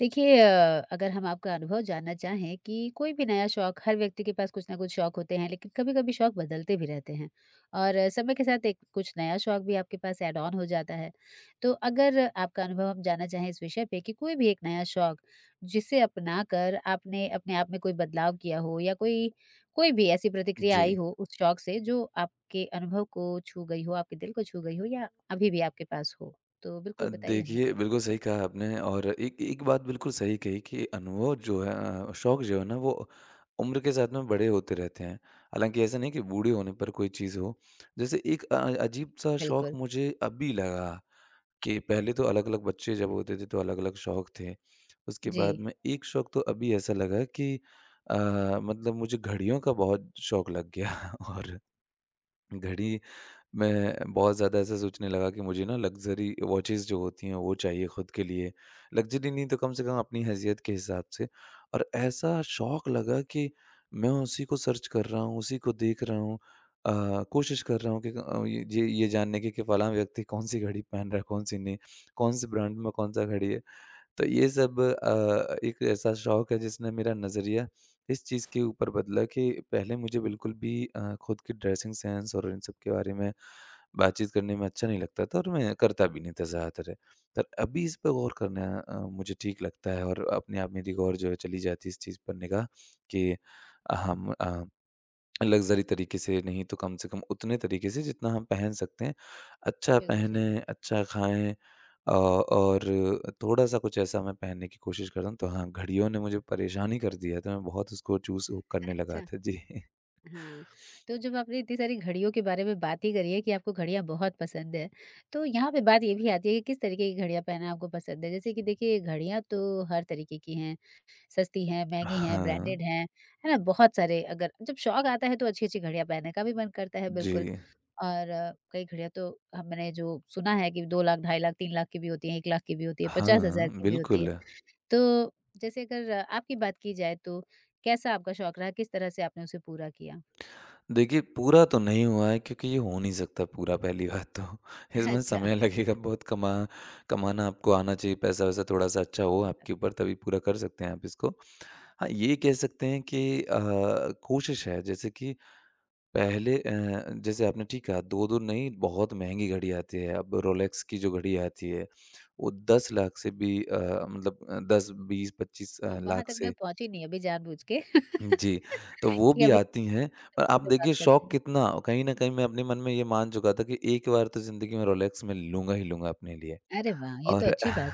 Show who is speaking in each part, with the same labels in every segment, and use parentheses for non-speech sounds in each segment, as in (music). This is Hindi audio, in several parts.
Speaker 1: देखिए अगर हम आपका अनुभव जानना चाहें कि कोई भी नया शौक हर व्यक्ति के पास कुछ ना कुछ शौक होते हैं लेकिन कभी-कभी शौक बदलते भी रहते हैं और समय के साथ एक कुछ नया शौक भी आपके पास ऐड ऑन हो जाता है। तो अगर आपका अनुभव हम जानना चाहें इस विषय पे कि कोई भी एक नया शौक जिसे अपना कर आपने अपने आप में कोई बदलाव किया हो या कोई कोई भी ऐसी प्रतिक्रिया
Speaker 2: जी।
Speaker 1: आई हो उस शौक से जो आपके अनुभव को छू गई हो, आपके दिल को छू गई हो या अभी भी आपके पास हो? तो बिल्कुल बताइए। हमें।
Speaker 2: देखिए, बिल्कुल सही कहा आपने और एक एक बात बिल्कुल सही कही कि अनुभव जो है शौक जो है ना वो उम्र के साथ में बड़े होते रहते हैं। हालाँकि ऐसा नहीं कि बूढ़े होने पर कोई चीज़ हो। जैसे एक अजीब-सा शौक
Speaker 1: बिल्कुल।
Speaker 2: मुझे अभी लगा कि पहले तो अलग-अलग बच्चे जब होते थे तो अलग-अलग शौक थे। उसके
Speaker 1: जी।
Speaker 2: बाद में एक शौक तो अभी ऐसा लगा कि अ, मतलब मुझे घड़ियों का बहुत शौक लग गया (laughs) और घड़ी मैं बहुत ज़्यादा ऐसा सोचने लगा कि मुझे ना लग्ज़री वॉचेस जो होती हैं वो चाहिए खुद के लिए। लग्ज़री नहीं तो कम से कम अपनी हैसियत के हिसाब से और ऐसा शौक लगा कि मैं उसी को सर्च कर रहा हूँ, उसी को देख रहा हूँ। अ, कोशिश कर रहा हूँ कि ये जानने की कि फलाँ व्यक्ति कौन-सी घड़ी पहन रहा है, कौन-सी नहीं, कौन-से ब्रांड में कौन-सा घड़ी है। तो ये सब एक ऐसा शौक है जिसने मेरा नज़रिया इस चीज़ के ऊपर बदला कि पहले मुझे बिल्कुल भी खुद की ड्रेसिंग सेंस और इन सब के बारे में बातचीत करने में अच्छा नहीं लगता था और मैं करता भी नहीं था ज़्यादातर। पर अभी इस पे गौर करना मुझे ठीक लगता है और अपने आप मेरी गौर जो है चली जाती है इस चीज़ पर निगाह कि हम लग्ज़री तरीके से नहीं तो कम से कम उतने तरीके से जितना हम पहन सकते हैं। अच्छा
Speaker 1: बिल्कुल सही बात
Speaker 2: पहनें,
Speaker 1: है।
Speaker 2: अच्छा खाएँ और थोड़ा-सा कुछ ऐसा मैं पहनने की कोशिश करता हूँ। तो हाँ, घड़ियों ने मुझे परेशान ही कर दिया है, तो मैं बहुत उसको चूज़ करने लगा
Speaker 1: अच्छा,
Speaker 2: था। जी।
Speaker 1: हाँ। तो जब आपने इतनी सारी घड़ियों के बारे में बात ही करी है कि आपको घड़ियाँ बहुत पसंद है, तो यहाँ पे बात ये भी आती है कि किस तरीके की घड़ियाँ पहनना आपको पसंद है? जैसे कि देखिए घड़ियाँ तो हर तरीके की हैं, सस्ती हैं, महँगी हैं,
Speaker 2: हाँ,
Speaker 1: ब्रांडेड हैं, है ना? बहुत सारे अगर जब शौक आता है तो अच्छी-अच्छी घड़ियाँ पहनने का भी मन करता है
Speaker 2: जी।
Speaker 1: बिल्कुल और कई घड़ियाँ तो हमने जो सुना है कि 2 लाख, 2.5 लाख, 3 लाख की भी होती हैं, 1 लाख की भी होती है, 50,000
Speaker 2: हाँ,
Speaker 1: की भी होती है।
Speaker 2: बिल्कुल।
Speaker 1: तो जैसे अगर आपकी बात की जाए तो कैसा आपका शौक रहा? किस तरह से आपने उसे पूरा किया?
Speaker 2: देखिए, पूरा तो नहीं हुआ है क्योंकि ये हो नहीं सकता पूरा पहली बात तो। (laughs)
Speaker 1: (laughs)
Speaker 2: इसमें
Speaker 1: अच्छा।
Speaker 2: समय लगेगा बहुत कमाना आपको आना चाहिए पैसा-वैसा थोड़ा-सा अच्छा हो
Speaker 1: सही बात
Speaker 2: आपके
Speaker 1: है।
Speaker 2: ऊपर तभी पूरा कर सकते हैं आप इसको। हाँ, ये कह सकते हैं कि कोशिश है जैसे कि पहले जैसे आपने ठीक कहा 2-2 नहीं बहुत महँगी घड़ी आती है। अब रोलेक्स की जो घड़ी आती है वो 10 लाख से भी मतलब 10, 20, 25
Speaker 1: हाँ, वहाँ
Speaker 2: लाख
Speaker 1: तक मैं
Speaker 2: से
Speaker 1: पहुँची नहीं अभी जानबूझ के (laughs)
Speaker 2: जी, तो वो
Speaker 1: कि
Speaker 2: भी
Speaker 1: अभी
Speaker 2: आती हैं। पर
Speaker 1: सबके
Speaker 2: आप
Speaker 1: लिए बात
Speaker 2: देखिए
Speaker 1: करते
Speaker 2: शौक
Speaker 1: हैं।
Speaker 2: कितना कहीं न कहीं मैं अपने मन में ये मान चुका था कि एक बार तो ज़िंदगी में रोलेक्स मैं लूँगा ही लूँगा अपने लिए।
Speaker 1: अरे वाह! ये तो
Speaker 2: और (laughs)
Speaker 1: अच्छी बात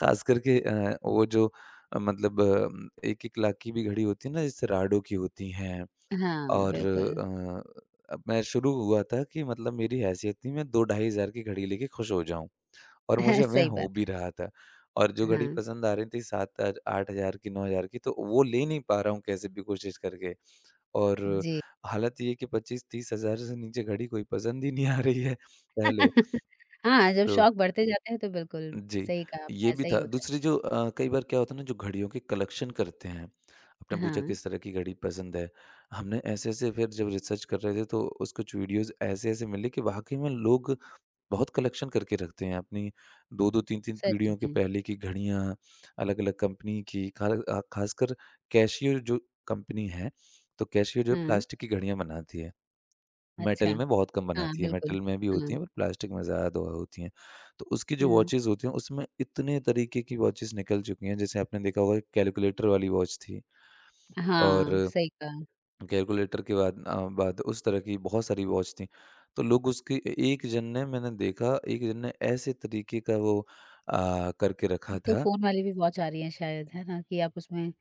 Speaker 2: ख़ास करके वो जो मतलब 1-1 लाख की भी घड़ी होती है ना, जैसे राडो की होती हैं
Speaker 1: है। हाँ,
Speaker 2: और
Speaker 1: बिल्कुल।
Speaker 2: अब मैं शुरू हुआ था कि मतलब मेरी हैसियत थी मैं 2 ढाई हज़ार की घड़ी लेके खुश हो जाऊँ और
Speaker 1: (laughs)
Speaker 2: मुझे मैं
Speaker 1: सही
Speaker 2: हो भी
Speaker 1: बात
Speaker 2: रहा था और जो
Speaker 1: है।
Speaker 2: घड़ी
Speaker 1: हाँ,
Speaker 2: पसंद आ रही थी 7 हज़ार 8 हज़ार की, 9 हज़ार की तो वो ले नहीं पा रहा हूँ कैसे भी कोशिश करके और
Speaker 1: जी।
Speaker 2: हालत ये है कि 25-30 हज़ार से नीचे घड़ी कोई पसंद ही नहीं आ रही है पहले
Speaker 1: (laughs) हाँ, जब
Speaker 2: तो
Speaker 1: शौक बढ़ते जाते हैं तो बिल्कुल
Speaker 2: जी,
Speaker 1: सही कहा आपने
Speaker 2: ये भी
Speaker 1: ऐसा ही
Speaker 2: था।
Speaker 1: होता है।
Speaker 2: दूसरी जो कई बार क्या होता है ना जो घड़ियों के कलेक्शन करते हैं, आपने पूछा
Speaker 1: हाँ,
Speaker 2: किस तरह की घड़ी पसंद है। हमने ऐसे-ऐसे फिर जब रिसर्च कर रहे थे तो उस कुछ वीडियोज़ ऐसे-ऐसे मिले कि वाक़ई में लोग बहुत कलेक्शन करके रखते हैं अपनी 2-2 3-3
Speaker 1: सच
Speaker 2: पीढ़ियों के
Speaker 1: में।
Speaker 2: पहले की घड़ियाँ, अलग-अलग कंपनी की ख़ासकर कैसियो जो कंपनी है, तो कैसियो जो है
Speaker 1: हाँ,
Speaker 2: प्लास्टिक की घड़ियाँ बनाती है।
Speaker 1: अच्छा।
Speaker 2: मेटल में बहुत कम
Speaker 1: हाँ,
Speaker 2: बनाती है,
Speaker 1: बिल्कुल।
Speaker 2: मेटल में भी
Speaker 1: हाँ,
Speaker 2: होती हैं पर प्लास्टिक में ज़्यादा हो होती हैं। तो उसकी जो
Speaker 1: हुँ।
Speaker 2: वॉचेज़ होती हैं उसमें इतने तरीके की वॉचेज़ निकल चुकी हैं, जैसे आपने देखा होगा कैलकुलेटर वाली वॉच थी
Speaker 1: हाँ,
Speaker 2: और
Speaker 1: सही कहा।
Speaker 2: कैलकुलेटर के बाद उस तरह की बहुत सारी वॉच थी। तो लोग उसके ए एक जन ने मैंने देखा, एक जन ने ऐसे तरीके का वो करके रखा
Speaker 1: अब तो
Speaker 2: था
Speaker 1: फ़ोन वाली भी वॉच आ रही है शायद है ना कि आप उसमें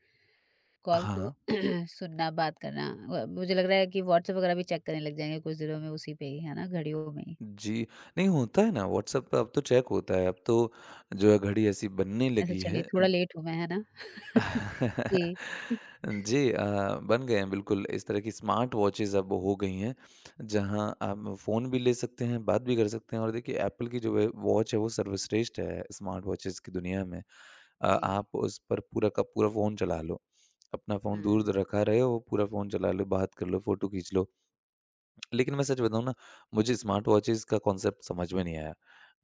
Speaker 1: कॉल को
Speaker 2: हाँ,
Speaker 1: (clears throat) सुनना, बात करना व मुझे लग रहा है कि व्हाट्सएप वगैरह भी चेक करने लग जाएँगे कुछ दिनों में उसी पे ही, है ना? घड़ियों में ही।
Speaker 2: जी। नहीं होता है ना व्हाट्सएप पे अब तो चेक होता है, अब तो जो है घड़ी ऐसी बनने
Speaker 1: अच्छा
Speaker 2: लगी
Speaker 1: चलिए
Speaker 2: है
Speaker 1: थोड़ा लेट हूँ मैं, है ना? (laughs)
Speaker 2: (laughs)
Speaker 1: जी,
Speaker 2: जी बन गए हैं बिल्कुल, इस तरह की स्मार्ट वॉचेज़ अब हो गई हैं, जहाँ आप फ़ोन भी ले सकते हैं, बात भी कर सकते हैं और देखिए एप्पल की जो वे वॉच है वो सर्वश्रेष्ठ है स्मार्ट वॉचेज़ की दुनिया में।
Speaker 1: जी।
Speaker 2: आप उस पर पूरा का पूरा फ़ोन चला लो, अपना फ़ोन दूर
Speaker 1: हाँ,
Speaker 2: द रखा रहे हो, पूरा फ़ोन चला लो, बात कर लो, फ़ोटो खींच लो। लेकिन मैं सच बताऊँ ना, मुझे स्मार्ट वॉचेज़ का कॉन्सेप्ट समझ में नहीं आया।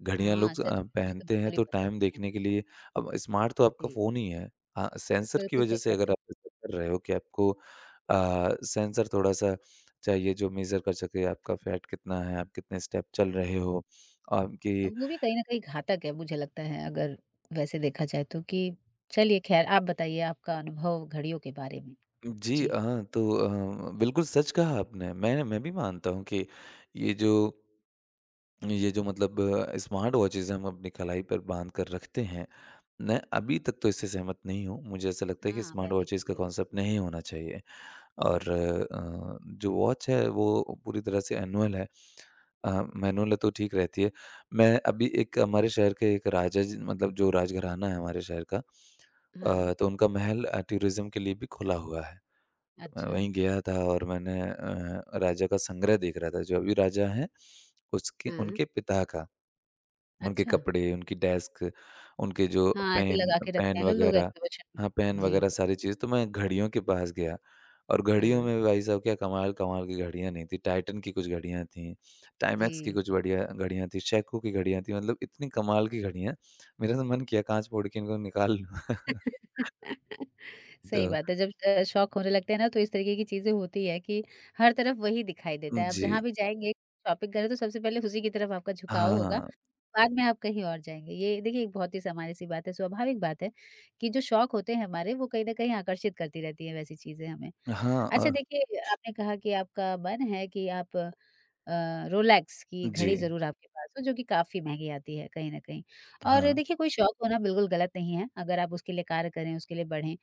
Speaker 2: घड़ियाँ
Speaker 1: हाँ,
Speaker 2: लोग
Speaker 1: सच में मुझे तो
Speaker 2: पहनते हैं
Speaker 1: बिल्कुल ही
Speaker 2: तो
Speaker 1: पसंद
Speaker 2: टाइम
Speaker 1: नहीं है।
Speaker 2: देखने के लिए अब स्मार्ट तो आपका
Speaker 1: जी,
Speaker 2: फ़ोन ही है। हाँ, सेंसर की
Speaker 1: बिल्कुल
Speaker 2: वज़ह
Speaker 1: सही
Speaker 2: से
Speaker 1: बात
Speaker 2: अगर
Speaker 1: है।
Speaker 2: आप ऐसा कर रहे हो कि आपको सेंसर थोड़ा-सा चाहिए जो मेज़र कर सके आपका फैट कितना है, आप कितने स्टेप चल रहे हो, आपकी
Speaker 1: वो भी कहीं न कहीं घातक है मुझे लगता है अगर वैसे देखा जाए तो कि चलिए ख़ैर आप बताइए आपका अनुभव घड़ियों के बारे में?
Speaker 2: जी
Speaker 1: जी।
Speaker 2: हाँ, तो बिल्कुल सच कहा आपने। मैं भी मानता हूँ कि ये जो ये जो मतलब स्मार्ट वॉचेज़ हम अपनी कलाई पर बाँध कर रखते हैं, मैं अभी तक तो इससे सहमत नहीं हूँ। मुझे ऐसा लगता है कि
Speaker 1: हाँ,
Speaker 2: स्मार्ट
Speaker 1: मैं भी नहीं
Speaker 2: वॉचेज़ का कॉन्सेप्ट
Speaker 1: बिल्कुल,
Speaker 2: नहीं होना चाहिए
Speaker 1: जी।
Speaker 2: और जो वॉच है वो पूरी तरह से एनुअल है। अ, मैनुअल है तो ठीक रहती है। मैं अभी एक हमारे शहर के एक राजा जी मतलब जो राजघराना है हमारे शहर का
Speaker 1: हाँ,
Speaker 2: तो उनका महल टूरिज़्म के लिए भी खुला हुआ है। मैं
Speaker 1: अच्छा।
Speaker 2: वहीं गया था और मैंने राजा का संग्रह देख रहा था, जो अभी राजा हैं उसके
Speaker 1: हाँ,
Speaker 2: उनके पिता का। उनके
Speaker 1: अच्छा।
Speaker 2: कपड़े, उनकी डेस्क, उनके जो
Speaker 1: हाँ, ऐसे
Speaker 2: पेन
Speaker 1: लगा के रखते
Speaker 2: पेन
Speaker 1: हैं ना लोग
Speaker 2: वगैरह
Speaker 1: एक्टिवेशन में।
Speaker 2: हाँ, पेन
Speaker 1: जी,
Speaker 2: वगैरह सारी चीज़। तो मैं घड़ियों के पास गया और घड़ियों
Speaker 1: हाँ।
Speaker 2: में भाई साहब क्या कमाल-कमाल की घड़ियाँ नहीं थी। टाइटन की कुछ घड़ियाँ थीं, टाइमैक्स की
Speaker 1: जी।
Speaker 2: कुछ बढ़िया घड़ियाँ थीं, शेको की घड़ियाँ थीं, मतलब इतनी कमाल की घड़ियाँ, मेरा तो मन किया काँच फोड़ के इनको निकाल लूँ। (laughs)
Speaker 1: (laughs) सही
Speaker 2: तो
Speaker 1: बात है, जब शौक होने लगते हैं ना तो इस तरीके की चीज़ें होती है कि हर तरफ वही दिखाई देता है। आप
Speaker 2: जी।
Speaker 1: जहाँ भी जाएँगे, शॉपिंग करें तो सबसे पहले उसी की तरफ आपका झुकाव होगा
Speaker 2: हाँ,
Speaker 1: बाद में आप कहीं और जाएँगे। ये देखिए एक बहुत ही सामान्य-सी बात है, स्वाभाविक बात है कि जो शौक होते हैं हमारे वो कहीं न कहीं आकर्षित करती रहती हैं वैसी चीज़ें हमें।
Speaker 2: हाँ
Speaker 1: अच्छा देखिए आपने कहा कि आपका मन है कि आप रोलेक्स की
Speaker 2: जी,
Speaker 1: घड़ी ज़रूर आपके पास हो जो कि काफ़ी महँगी आती है कहीं न कहीं। और
Speaker 2: हाँ,
Speaker 1: देखिए कोई शौक होना बिल्कुल गलत नहीं है, अगर आप उसके लिए कार्य करें, उसके लिए बढ़ें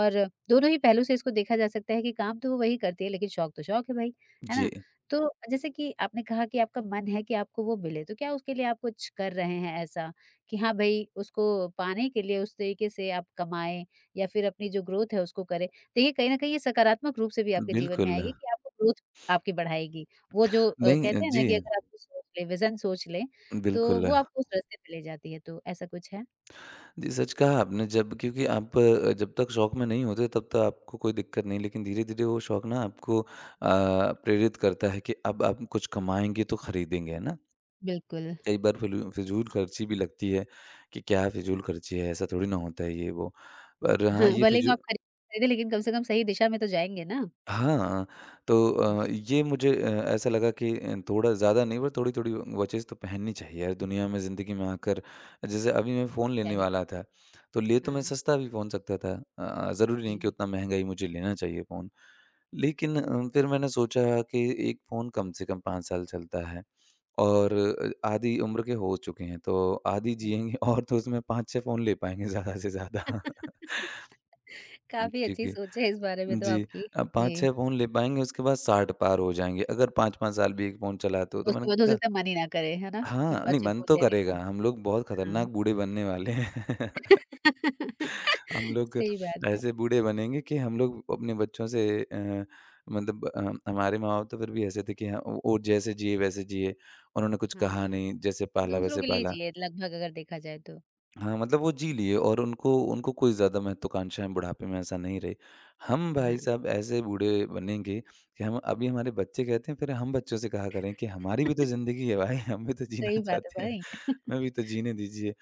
Speaker 1: और दोनों ही पहलू से इसको देखा जा सकता है कि काम तो वो वही करती है लेकिन शौक तो शौक है भाई, है ना?
Speaker 2: जी,
Speaker 1: तो जैसे कि आपने कहा कि आपका मन है कि आपको वो मिले, तो क्या उसके लिए आप कुछ कर रहे हैं ऐसा कि हाँ भई, उसको पाने के लिए उस तरीके से आप कमाएँ या फिर अपनी जो ग्रोथ है उसको करें? देखिए, कहीं न कहीं ये सकारात्मक रूप से भी आपके जीवन में
Speaker 2: बिल्कुल।
Speaker 1: आएगी कि आपको ग्रोथ आपकी बढ़ाएगी। वो जो
Speaker 2: नहीं
Speaker 1: कहते हैं ना
Speaker 2: जी,
Speaker 1: कि अगर आप कुछ सोच लें, विज़न सोच लें, तो
Speaker 2: बिल्कुल।
Speaker 1: वो आपको उस रास्ते पे ले जाती है, तो ऐसा कुछ है?
Speaker 2: जी, सच कहा आपने जब क्योंकि आप जब तक शौक में नहीं होते तब तक आपको कोई दिक्कत नहीं लेकिन धीरे-धीरे वो शौक ना आपको प्रेरित करता है कि अब आप कुछ कमाएँगे तो खरीदेंगे, है ना?
Speaker 1: बिल्कुल।
Speaker 2: कई बार फिलू फिजूल खर्ची भी लगती है कि क्या फिजूल खर्ची है, ऐसा थोड़ी ना होता है ये वो। पर हाँ,
Speaker 1: हाँ।
Speaker 2: ये
Speaker 1: भले ही वो
Speaker 2: फिजू
Speaker 1: आप खरीदें, लेकिन कम से कम सही दिशा में तो जाएँगे ना?
Speaker 2: हाँ, तो
Speaker 1: जी।
Speaker 2: ये मुझे ऐसा लगा कि थोड़ा ज़्यादा नहीं पर थोड़ी-थोड़ी वॉचेस तो पहननी चाहिए यार दुनिया में ज़िंदगी में आकर। जैसे अभी मैं फ़ोन
Speaker 1: क्या
Speaker 2: लेने
Speaker 1: ही
Speaker 2: वाला था,
Speaker 1: किया।
Speaker 2: तो ले तो मैं
Speaker 1: हाँ,
Speaker 2: सस्ता भी फ़ोन सकता था। ज़रूरी नहीं कि
Speaker 1: जी,
Speaker 2: उतना महँगा ही मुझे लेना चाहिए फ़ोन। लेकिन फिर मैंने सोचा कि एक फ़ोन कम से कम 5 साल चलता है और आधी उम्र के हो चुके हैं, तो आधी जिएँगे
Speaker 1: बिल्कुल।
Speaker 2: और तो उसमें 5-6 फ़ोन ले पाएँगे ज़्यादा से ज़्यादा। (laughs)
Speaker 1: काफ़ी
Speaker 2: जी,
Speaker 1: अच्छी सोच है इस बारे में तो
Speaker 2: जी।
Speaker 1: आपकी। जी,
Speaker 2: 5-6 फ़ोन ले पाएँगे, उसके बाद 60 पार हो जाएँगे, अगर 5-5 साल भी एक फ़ोन चलाते हो, तो मैंने
Speaker 1: उसके बाद हो
Speaker 2: कहा
Speaker 1: सकता है मन ही ना करे, है ना? कि
Speaker 2: हाँ, नहीं
Speaker 1: अच्छे
Speaker 2: मन
Speaker 1: फ़ोन
Speaker 2: तो
Speaker 1: लेने का।
Speaker 2: करेगा, हम लोग बहुत
Speaker 1: हाँ।
Speaker 2: खतरनाक बूढ़े बनने वाले हैं। (laughs) हम
Speaker 1: (laughs)
Speaker 2: लोग
Speaker 1: सही बात है।
Speaker 2: ऐसे बूढ़े बनेंगे कि हम लोग अपने बच्चों से मतलब हमारे माँ-बाप तो फिर भी ऐसे थे कि हाँ, वो जैसे जिए वैसे जिए, उन्होंने कुछ
Speaker 1: हाँ।
Speaker 2: कहा नहीं, जैसे पाला
Speaker 1: दूसरों
Speaker 2: वैसे
Speaker 1: के लिए
Speaker 2: पाला।
Speaker 1: जिए लगभग अगर देखा जाए तो।
Speaker 2: हाँ, मतलब वो जी लिए और उनको उनको कोई ज़्यादा महत्वाकांक्षाएँ बुढ़ापे में ऐसा नहीं रही। हम
Speaker 1: हाँ।
Speaker 2: भाई साहब ऐसे बूढ़े बनेंगे कि हम अभी हमारे बच्चे कहते हैं फिर हम बच्चों से कहा करें कि हमारी भी तो
Speaker 1: (laughs)
Speaker 2: ज़िंदगी है भाई, हम भी तो जीना
Speaker 1: सही
Speaker 2: (laughs)
Speaker 1: बात है
Speaker 2: चाहते हैं,
Speaker 1: भाई। (laughs)
Speaker 2: हमें भी तो जीने दीजिए।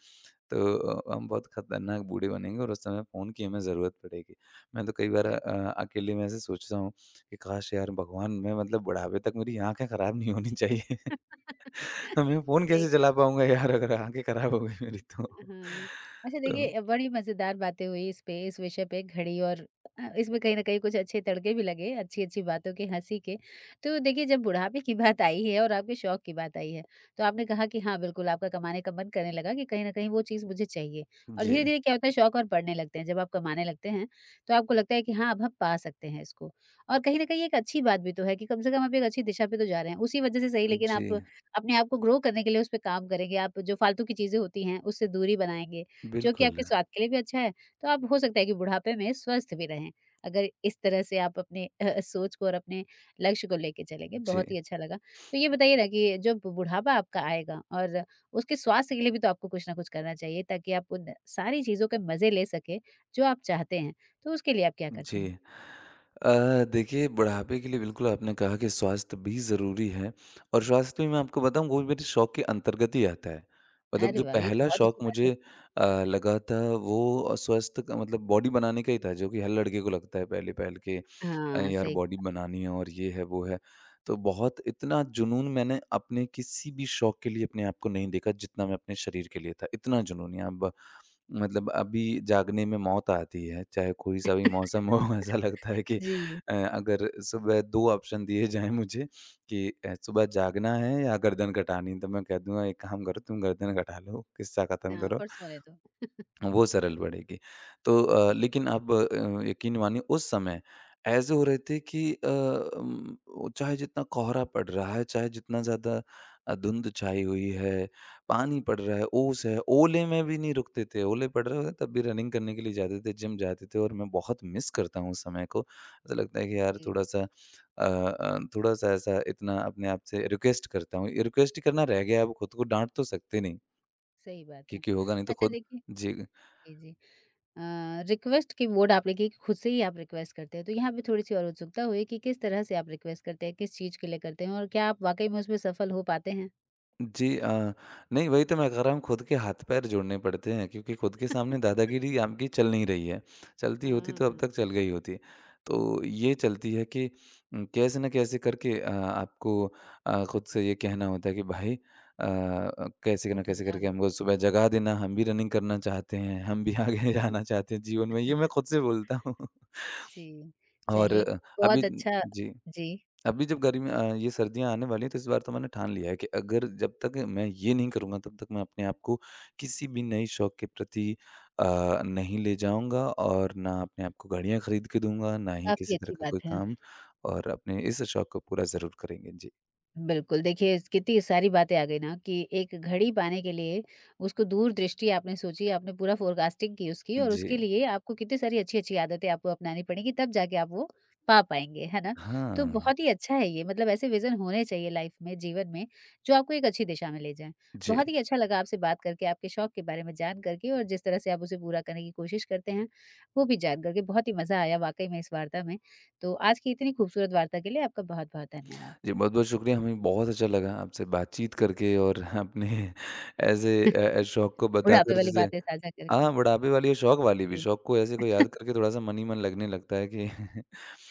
Speaker 2: तो हम बहुत खतरनाक बूढ़े बनेंगे और उस समय फ़ोन की हमें ज़रूरत पड़ेगी। मैं तो कई बार
Speaker 1: बिल्कुल।
Speaker 2: अकेले में ऐसे सोचता हूँ कि काश यार भगवान मैं मतलब बुढ़ापे तक मेरी आँखें खराब नहीं होनी चाहिए।
Speaker 1: (laughs)
Speaker 2: मैं फ़ोन
Speaker 1: सही
Speaker 2: कैसे चला पाऊँगा यार अगर आँखें खराब हो गई मेरी तो।
Speaker 1: हाँ। अच्छा
Speaker 2: (laughs) तो
Speaker 1: देखिए बड़ी मज़ेदार बातें हुई इस पे इस विषय पे घड़ी और इसमें कहीं न कहीं कुछ अच्छे तड़के भी लगे, अच्छी-अच्छी बातों के, हँसी के। तो देखिए जब बुढ़ापे की बात आई है और आपके शौक की बात आई है, तो आपने कहा कि हाँ, बिल्कुल आपका कमाने का मन करने लगा कि कहीं न कहीं वो चीज़ मुझे चाहिए और
Speaker 2: जी,
Speaker 1: धीरे-धीरे क्या होता है शौक और बढ़ने लगते हैं। जब आप कमाने लगते हैं, तो आपको लगता है कि हाँ, अब हम पा सकते हैं इसको और कहीं न कहीं एक अच्छी बात भी तो है कि कम से कम आप एक अच्छी दिशा पे तो जा रहे हैं। उसी वजह से सही लेकिन
Speaker 2: जी,
Speaker 1: आप अपने आप को ग्रो करने के लिए उस पे काम करेंगे, आप जो फ़ालतू की चीज़ें होती हैं, उससे दूरी बनाएँगे, जो कि
Speaker 2: बिल्कुल।
Speaker 1: आपके स्वास्थ्य के लिए भी अच्छा है, तो आप हो सकता है कि बुढ़ापे में स्वस्थ भी रहें, अगर इस तरह से आप अपने सोच को और अपने लक्ष्य को लेके चलेंगे,
Speaker 2: जी,
Speaker 1: बहुत ही अच्छा लगा। तो ये बताइए ना कि जब बुढ़ापा आपका आएगा और उसके स्वास्थ्य के लिए भी तो आपको कुछ ना कुछ करना चाहिए ताकि आप उन सारी चीज़ों के मज़े ले सकें, जो आप चाहते हैं, तो उसके लिए आप क्या करते
Speaker 2: जी।
Speaker 1: हैं?
Speaker 2: देखिए बुढ़ापे के लिए बिल्कुल आपने कहा कि स्वास्थ्य भी ज़रूरी है और स्वास्थ्य में मैं आपको बताऊँ वो मेरे शौक के अंतर्गत ही आता है। मतलब जो
Speaker 1: अरे वाह! ये तो
Speaker 2: पहला
Speaker 1: बहुत
Speaker 2: शौक
Speaker 1: अच्छी बात है।
Speaker 2: मुझे लगा था वो स्वास्थ्य का मतलब बॉडी बनाने का ही था जो कि हर लड़के को लगता है पहले-पहल के
Speaker 1: हाँ,
Speaker 2: यार
Speaker 1: सही
Speaker 2: बॉडी बनानी है और ये है वो है। तो बहुत इतना जुनून मैंने अपने किसी भी शौक के लिए अपने आप को नहीं देखा जितना मैं अपने शरीर के लिए था, इतना जुनून है अब मतलब अभी जागने में मौत आती है, चाहे कोई सा भी मौसम हो (laughs) ऐसा लगता है कि
Speaker 1: जी।
Speaker 2: अगर सुबह 2 ऑप्शन दिए जाएँ मुझे कि सुबह जागना है या गर्दन कटानी है, तो मैं कह दूँगा एक काम करो तुम गर्दन कटा लो, किस्सा खत्म
Speaker 1: हाँ,
Speaker 2: करो।
Speaker 1: पर सोने दो।
Speaker 2: वो सरल पड़ेगी। तो
Speaker 1: जी,
Speaker 2: लेकिन आप यकीन मानिए उस समय ऐसे हो रहे थे कि वो चाहे जितना कोहरा पड़ रहा है, चाहे जितना ज़्यादा धुंध छाई हुई है, पानी पड़ रहा है, ओस है, ओले में भी नहीं रुकते थे। ओले पड़ रहे होते तब भी रनिंग करने के लिए जाते थे, जिम जाते थे और मैं बहुत मिस करता हूँ उस समय को। ऐसा लगता है कि यार
Speaker 1: जी।
Speaker 2: थोड़ा-सा ऐसा इतना अपने आप से रिक्वेस्ट करता हूँ। रिक्वेस्ट ही करना रह गया है, अब खुद को डाँट तो सकते नहीं
Speaker 1: सही बात है।
Speaker 2: क्योंकि होगा नहीं तो
Speaker 1: अच्छा
Speaker 2: खुद
Speaker 1: देखिए
Speaker 2: जी
Speaker 1: जी, जी। अ, रिक्वेस्ट की मोड आप देखिए कि खुद से ही आप रिक्वेस्ट करते हैं, तो यहाँ पे थोड़ी-सी और उत्सुकता हुई कि किस तरह से आप रिक्वेस्ट करते हैं? किस चीज़ के लिए करते हैं? और क्या आप वाक़ई में उसमें सफल हो पाते हैं?
Speaker 2: जी नहीं वही तो मैं कह रहा हूँ खुद के हाथ पैर जोड़ने पड़ते हैं क्योंकि खुद के सामने
Speaker 1: (laughs)
Speaker 2: दादागिरी आपकी चल नहीं रही है। चलती होती
Speaker 1: हाँ,
Speaker 2: तो अब
Speaker 1: हाँ।
Speaker 2: तक चल गई होती। तो ये चलती है कि कैसे न कैसे करके आपको खुद से ये कहना होता है कि भाई कैसे न
Speaker 1: उठ
Speaker 2: कैसे
Speaker 1: जा।
Speaker 2: करके हमको सुबह जगा देना, हम भी रनिंग करना चाहते हैं, हम भी आगे (laughs) जाना
Speaker 1: हाँ,
Speaker 2: चाहते हैं जीवन में। ये मैं खुद से बोलता हूँ। (laughs)
Speaker 1: जी।
Speaker 2: और
Speaker 1: चलिए,
Speaker 2: अभी
Speaker 1: बहुत अच्छा
Speaker 2: जी।
Speaker 1: जी,
Speaker 2: अभी जब गर्मी ये सर्दियाँ आने वाली हैं तो इस बार तो मैंने ठान लिया है कि अगर जब तक मैं ये नहीं करूँगा तब तक मैं अपने आप को किसी भी नए शौक के प्रति अ, नहीं ले जाऊँगा और ना अपने आप को घड़ियाँ खरीद के दूँगा, ना ही
Speaker 1: काफ़ी
Speaker 2: किसी तरह
Speaker 1: अच्छी
Speaker 2: का
Speaker 1: बात
Speaker 2: कोई
Speaker 1: है।
Speaker 2: काम और अपने इस शौक को पूरा ज़रूर करेंगे। जी।
Speaker 1: बिल्कुल, देखिए इस कितनी सारी बातें आ गई ना कि एक घड़ी पाने के लिए उसको दूरदृष्टि आपने सोची, आपने पूरा फ़ोरकास्टिंग की उसकी और
Speaker 2: जी।
Speaker 1: उसके लिए आपको कितनी सारी अच्छी-अच्छी आदतें आपको अपनानी पड़ेंगी तब जाके आप वो पा पाएँगे, है ना? तो
Speaker 2: हाँ।
Speaker 1: बहुत ही अच्छा है ये मतलब ऐसे विज़न होने चाहिए लाइफ़ में, जीवन में जो आपको एक अच्छी दिशा में ले जाएँ।
Speaker 2: जी।
Speaker 1: बहुत ही अच्छा लगा आपसे बात करके, आपके शौक के बारे में जान करके और जिस तरह से आप उसे पूरा करने की कोशिश करते हैं, वो भी जान करके बहुत ही मज़ा आया वाक़ई में इस वार्ता में। तो आज की इतनी खूबसूरत वार्ता के लिए आपका बहुत-बहुत धन्यवाद।
Speaker 2: जी, बहुत-बहुत शुक्रिया, हमें बहुत अच्छा लगा आपसे बातचीत करके और अपने (laughs) ऐसे शौक को
Speaker 1: बुढ़ापे
Speaker 2: बताकर
Speaker 1: वाली
Speaker 2: जिसे
Speaker 1: बातें साझा करके
Speaker 2: हाँ, बुढ़ापे वाली और शौक वाली भी,
Speaker 1: जी,
Speaker 2: शौक को ऐसे को याद करके थोड़ा-सा मन ही मन लगने लगता है कि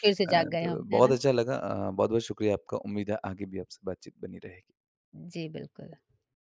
Speaker 1: फिर से जाग गए
Speaker 2: तो
Speaker 1: हम, है
Speaker 2: बहुत
Speaker 1: ना?
Speaker 2: अच्छा लगा बहुत-बहुत शुक्रिया आपका, उम्मीद है आगे भी आपसे बातचीत बनी रहेगी।
Speaker 1: जी, बिल्कुल।